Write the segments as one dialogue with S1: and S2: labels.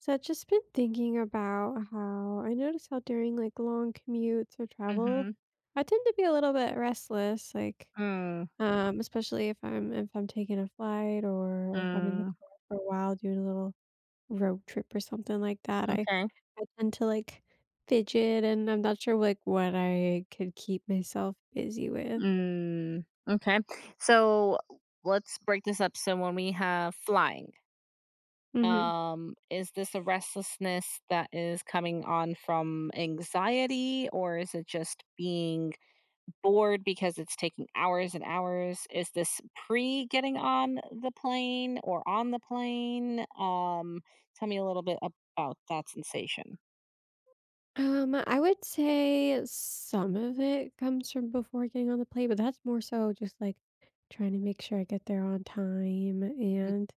S1: So I've just been thinking about how I notice how during like long commutes or travel,
S2: Mhm.
S1: I tend to be a little bit restless, like
S2: Mm,
S1: especially if I'm taking a flight or if I'm in the
S2: mm,
S1: car for a while doing a little road trip or something like that. I
S2: okay.
S1: I tend to like fidget and I'm not sure like what I could keep myself busy with.
S2: Mm, okay. So let's break this up. So when we have flying,
S1: Mm-hmm.
S2: is this a restlessness that is coming on from anxiety, or is it just being bored because it's taking hours and hours? Is this pre getting on the plane or on the plane? Tell me a little bit about that sensation.
S1: I would say some of it comes from before getting on the plane, but that's more so just like trying to make sure I get there on time
S2: Mm,
S1: and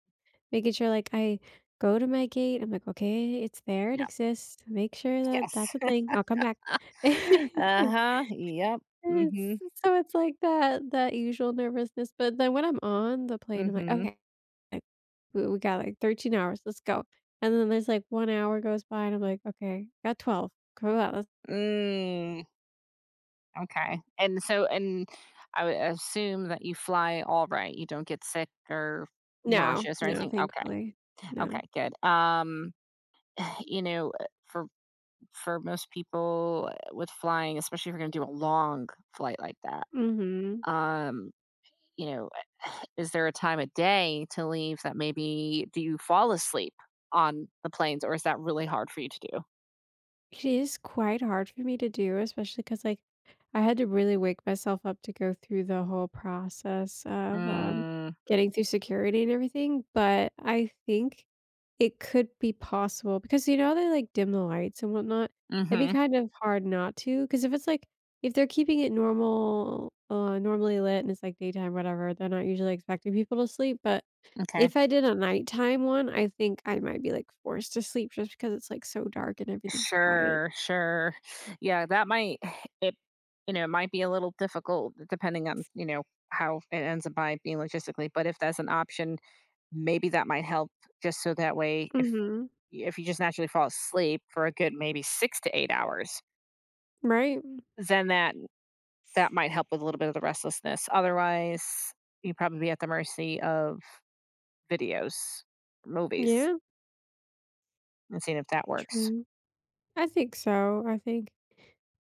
S1: making sure like I go to my gate. I'm like, okay, it's there, it
S2: yeah.
S1: exists. Make sure that that's
S2: Yes.
S1: a thing. I'll come back.
S2: Uh-huh, yep,
S1: It's,
S2: mhm,
S1: so it's like that usual nervousness, but then when I'm on the plane, I'm like,
S2: mhm,
S1: okay, like, we got like 13 hours, let's go. And then there's like 1 hour goes by, and I'm like, okay, got 12. Come on.
S2: mm, okay, and so and I would assume that you fly all right, you don't get sick or
S1: No,
S2: nauseous or
S1: no,
S2: anything? Okay,
S1: thankfully,
S2: okay,
S1: no.
S2: good, for most people with flying, especially if you're gonna do a long flight like that,
S1: Mhm.
S2: um, you know, is there a time of day to leave that maybe do you fall asleep on the planes, or is that really hard for you to do?
S1: It is quite hard for me to do, especially because like, I had to really wake myself up to go through the whole process of,
S2: Mm,
S1: getting through security and everything, but I think it could be possible because, you know, they, like, dim the lights and whatnot. It'd be
S2: mhm.
S1: kind of hard not to, because if it's, like if they're keeping it normally lit and it's, like, daytime, whatever, they're not usually expecting people to sleep, but
S2: Okay.
S1: if I did a nighttime one, I think I might be, like, forced to sleep just because it's, like, so dark and everything's quiet.
S2: Sure, sure. Yeah, that might it it might be a little difficult depending on how it ends up by being logistically, but if that's an option, maybe that might help just so that way if
S1: Mhm.
S2: if you just naturally fall asleep for a good maybe 6 to 8 hours,
S1: Right?
S2: then that might help with a little bit of the restlessness. Otherwise, you'd probably be at the mercy of videos, movies,
S1: Yeah,
S2: and seeing if that works.
S1: true. I think so. I think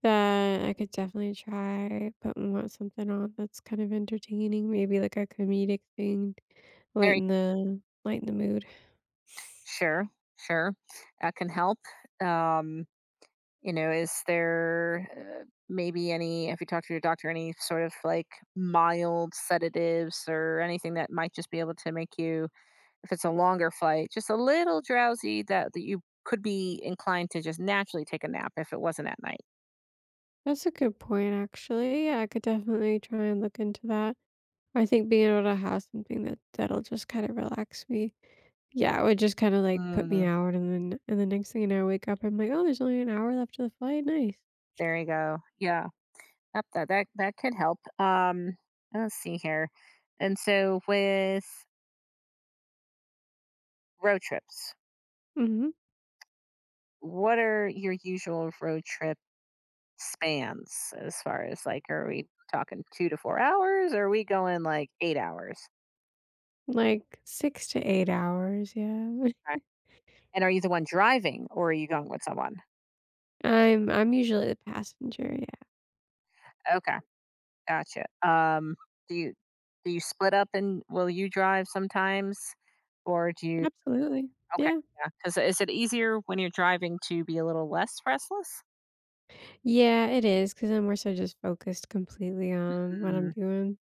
S1: that I could definitely try putting on something on that's kind of entertaining, maybe like a comedic thing,
S2: There
S1: lighten the mood.
S2: Sure, sure. I can help. Um, is there maybe any, if you talk to your doctor, any sort of like mild sedatives or anything that might just be able to make you, if it's a longer flight, just a little drowsy that you could be inclined to just naturally take a nap if it wasn't at night?
S1: That's a good point, actually. Yeah, I could definitely try and look into that. I think being able to have something that that'll just kinda relax me. Yeah, it would just kinda, like, put me
S2: Mm,
S1: out, and then and the next thing you know, I wake up, I'm like, "Oh, there's only an hour left to the flight, nice."
S2: there you go. Yeah. Yep, that could help. Let's see here. And so with road trips.
S1: Mhm.
S2: What are your usual road trip spans as far as like, are we talking 2 to 4 hours? Or are we going like 8 hours?
S1: Like, 6 to 8 hours, yeah.
S2: Right. And are you the one driving or are you going with someone?
S1: I'm usually the passenger, yeah.
S2: Okay, gotcha. Do you split up and will you drive sometimes, or do you?
S1: Absolutely.
S2: Okay,
S1: Yeah.
S2: yeah. Because is it easier when you're driving to be a little less restless?
S1: Yeah, it is 'cause I'm more so just focused completely on what I'm
S2: Mm.
S1: doing.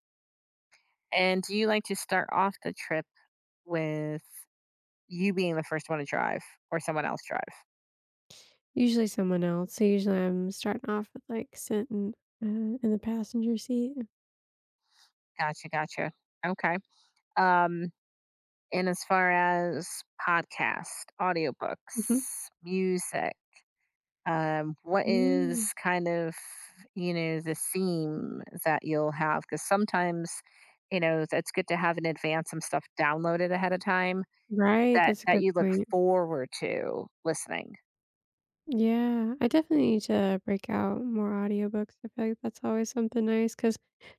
S2: And do you like to start off the trip with you being the first one to drive or someone else drive?
S1: Usually someone else, so usually I'm starting off with, like, sitting, in the passenger seat.
S2: Gotcha, gotcha. Okay. Um, and as far as podcast, audiobooks,
S1: Mhm.
S2: music, what is
S1: Mm.
S2: kind of, the theme that you'll have? Because sometimes, it's good to have in advance some stuff downloaded ahead of time
S1: Right,
S2: that
S1: that's a good
S2: you look
S1: point.
S2: forward to listening.
S1: Yeah, I definitely need to break out more audiobooks. I feel like that's always something nice because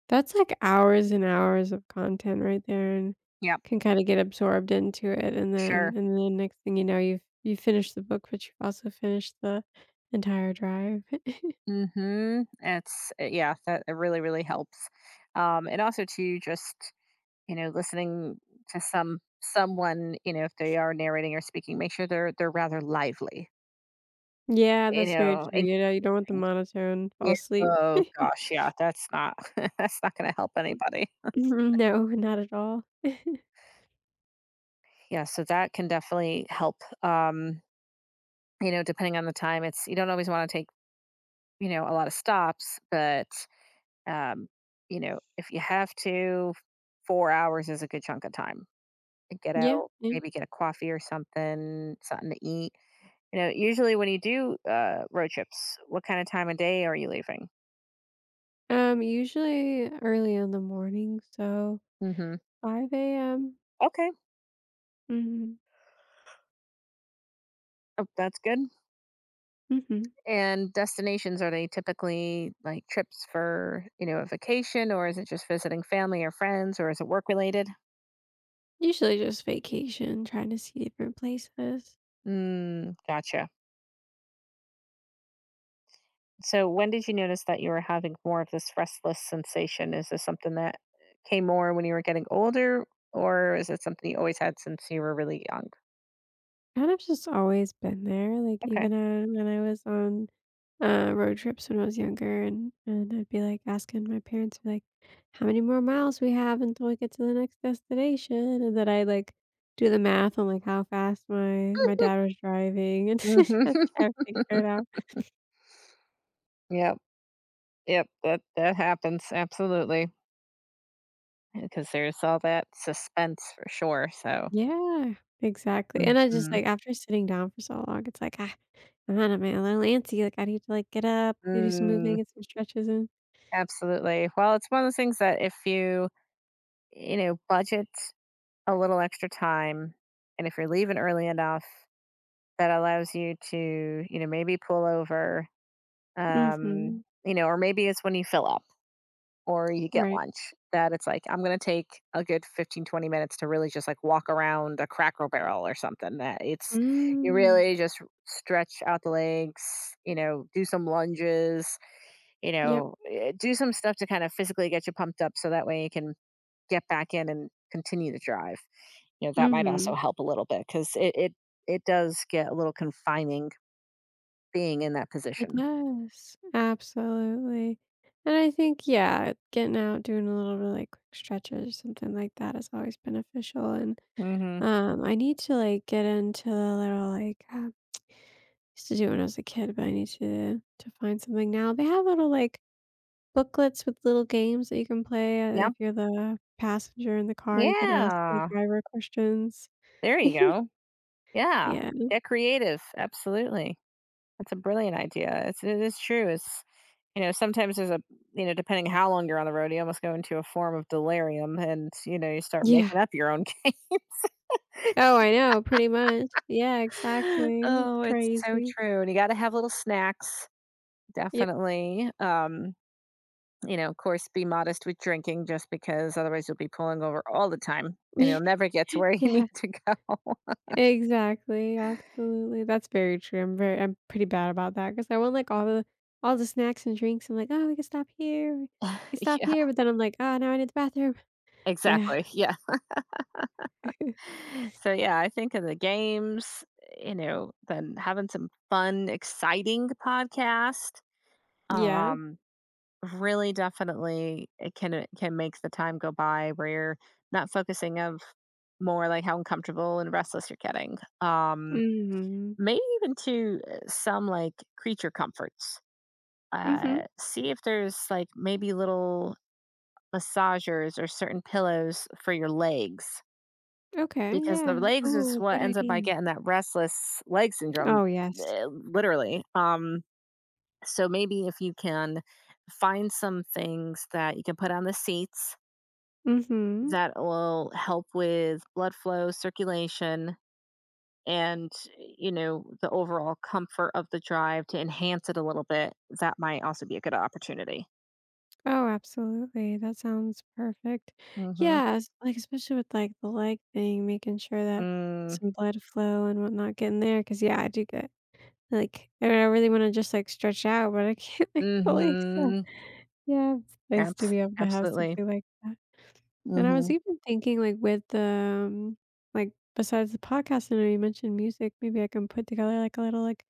S1: that's like hours and hours of content right there and
S2: Yep,
S1: can kind of get absorbed into it and then
S2: sure.
S1: and then next thing you know you finished the book but you've also finished the entire drive.
S2: Mm-hmm. It's yeah, that it really, really helps. And also to just listening to someone, if they are narrating or speaking, make sure they're rather lively,
S1: Yeah, that's very true.
S2: engaging.
S1: You know, you don't want the monotone
S2: Yeah.
S1: fall asleep.
S2: Oh gosh, yeah, that's not that's not going to help anybody.
S1: No, not at all.
S2: Yeah, so that can definitely help. Um, depending on the time, it's you don't always want to take a lot of stops, but um, if you have to, 4 hours is a good chunk of time. Get
S1: Yeah,
S2: out,
S1: yeah.
S2: maybe get a coffee or something, something to eat. You know, usually when you do road trips, what kind of time of day are you leaving?
S1: Usually early in the morning, so
S2: Hmm.
S1: 5 a.m.
S2: Okay,
S1: Hmm.
S2: oh, that's good.
S1: Hmm.
S2: And destinations, are they typically like trips for, a vacation or is it just visiting family or friends or is it work related?
S1: Usually just vacation, trying to see different places.
S2: Mm, gotcha. So when did you notice that you were having more of this restless sensation? Is this something that came more when you were getting older or is it something you always had since you were really young?
S1: Kind of just always been there, like,
S2: Okay.
S1: even, when I was on, road trips when I was younger, and I'd be, like, asking my parents, like, "How many more miles we have until we get to the next destination?" And then I, like, do the math on, like, how fast my dad was driving and I was
S2: Hmm.
S1: trying to figure it out.
S2: Yep. Yep. That happens. Absolutely. Because there's all that suspense for sure, so.
S1: Yeah, exactly, and I just
S2: Mhm.
S1: like, after sitting down for so long, it's like, "Ah, I'm outta my little antsy, like, I need to, like, get up, do some
S2: Mm,
S1: moving get some stretches and."
S2: absolutely. Well, it's one of those things that if you, budget a little extra time and if you're leaving early enough, that allows you to, maybe pull over, um,
S1: Mhm,
S2: or maybe it's when you fill up. Or you get
S1: right.
S2: lunch that it's like, I'm gonna take a good 15-20 minutes to really just like walk around a Cracker Barrel or something that it's you
S1: Mm,
S2: really just stretch out the legs, do some lunges,
S1: yep,
S2: do some stuff to kind of physically get you pumped up so that way you can get back in and continue to drive. You know, that might
S1: mhm.
S2: also help a little bit because it does get a little confining being in that
S1: It
S2: position.
S1: does, absolutely, and I think, yeah, getting out, doing a little really quick stretches or something like that is always beneficial, and,
S2: Hmm.
S1: I need to, like, get into a little, like, used to do it when I was a kid, but I need to find something now. They have little, like, booklets with little games that you can play,
S2: Yeah.
S1: if you're the passenger in the car, you can ask the
S2: Yeah.
S1: driver questions.
S2: There you go. Yeah,
S1: Yeah.
S2: get creative, absolutely. That's a brilliant idea. It is true, sometimes there's depending how long you're on the road, you almost go into a form of delirium and you start
S1: Yeah.
S2: making up your own games.
S1: Oh, I know, pretty much. Yeah, exactly. It's
S2: Oh, it's so
S1: crazy.
S2: true, and you gotta have little snacks,
S1: Yep.
S2: definitely. Of course, be modest with drinking just because otherwise you'll be pulling over all the time, and you'll never get to where you need
S1: Yeah,
S2: to go.
S1: exactly, absolutely. That's very true. I'm pretty bad about that because I want, like, all the snacks and drinks. I'm like, "Oh, we can stop here. We can stop
S2: Yeah,
S1: here," but then I'm like, "Oh, now I need the bathroom." Yeah.
S2: exactly, yeah. So yeah, I think in the games, then having some fun, exciting podcast,
S1: Yeah.
S2: um, really definitely it can make the time go by where you're not focusing of more like how uncomfortable and restless you're getting.
S1: Mhm.
S2: Maybe even to some like creature comforts.
S1: Mhm.
S2: See if there's like maybe little massagers or certain pillows for your legs
S1: Okay,
S2: because the
S1: yeah.
S2: legs is
S1: Oh,
S2: what
S1: good
S2: ends up by
S1: idea.
S2: getting that restless leg syndrome,
S1: Oh, yes.
S2: literally. So maybe if you can find some things that you can put on the seats
S1: Mhm.
S2: that will help with blood flow, circulation, and you know the overall comfort of the drive to enhance it a little bit, that might also be a good opportunity.
S1: Oh, absolutely. That sounds perfect.
S2: Mm-hmm.
S1: Yeah, like especially with like the leg thing, making sure that
S2: Mm,
S1: some blood flow and whatnot getting there. Cause yeah, I do get like I mean, I really want to just like stretch out, but I can't like fully. So
S2: hmm.
S1: yeah, it's nice to
S2: Abs-
S1: be able to have
S2: Absolutely.
S1: something like that. And I was
S2: Hmm.
S1: even thinking like with the, um, like besides the podcast, I know you mentioned music, maybe I can put together like a little like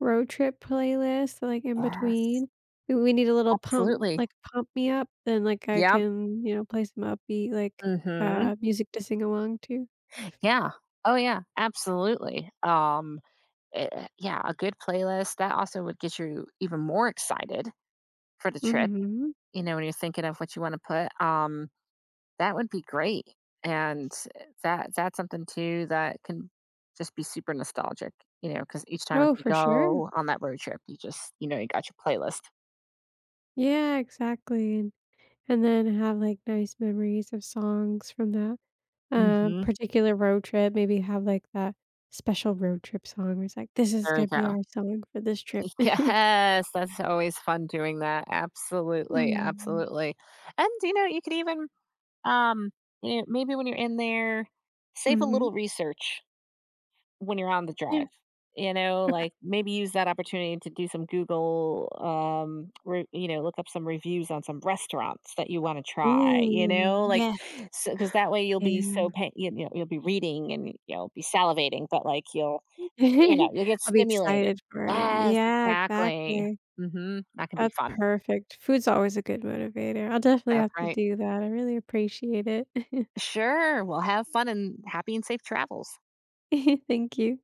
S1: road trip playlist like in
S2: Yes.
S1: between. We need a little pump
S2: Absolutely.
S1: like pump me up, then like I
S2: Yep.
S1: can, you know, play some upbeat like
S2: Mm-hmm.
S1: music to sing along to.
S2: Yeah. Oh, yeah, absolutely. Yeah, a good playlist that also would get you even more excited for the trip.
S1: Mhm.
S2: You know, when you're thinking of what you want to put, that would be great. And that's something too that can just be super nostalgic. You know, because each time if
S1: Oh,
S2: you
S1: for sure.
S2: go on that road trip, you just you got your playlist.
S1: Yeah, exactly. And then have like nice memories of songs from that. Uh,
S2: Hmm.
S1: particular road trip, maybe have, like, that special road trip song where it's like, "This is
S2: There we
S1: gonna be
S2: go.
S1: our song for this trip."
S2: Yes, that's always fun doing that. Absolutely,
S1: Mm.
S2: absolutely. And you could even Um, you know, maybe when you're in there, save a
S1: Mhm.
S2: little research when you're on the
S1: Yeah.
S2: drive. You know, like maybe use that opportunity to do some Google, look up some reviews on some restaurants that you want to try. You
S1: Ooh,
S2: know, like
S1: yes.
S2: because that way you'll be so
S1: Yeah.
S2: you'll be reading and you'll be salivating, but like you'll you know you'll get
S1: I'll be
S2: stimulated.
S1: excited for it.
S2: Yes,
S1: Yeah,
S2: exactly.
S1: exactly.
S2: Mm-hmm. That can be
S1: That's
S2: fun.
S1: perfect. Food's always a good motivator. I'll definitely
S2: That's
S1: have to
S2: right.
S1: do that. I really appreciate it.
S2: Sure. Well, have fun and happy and safe travels.
S1: Thank you.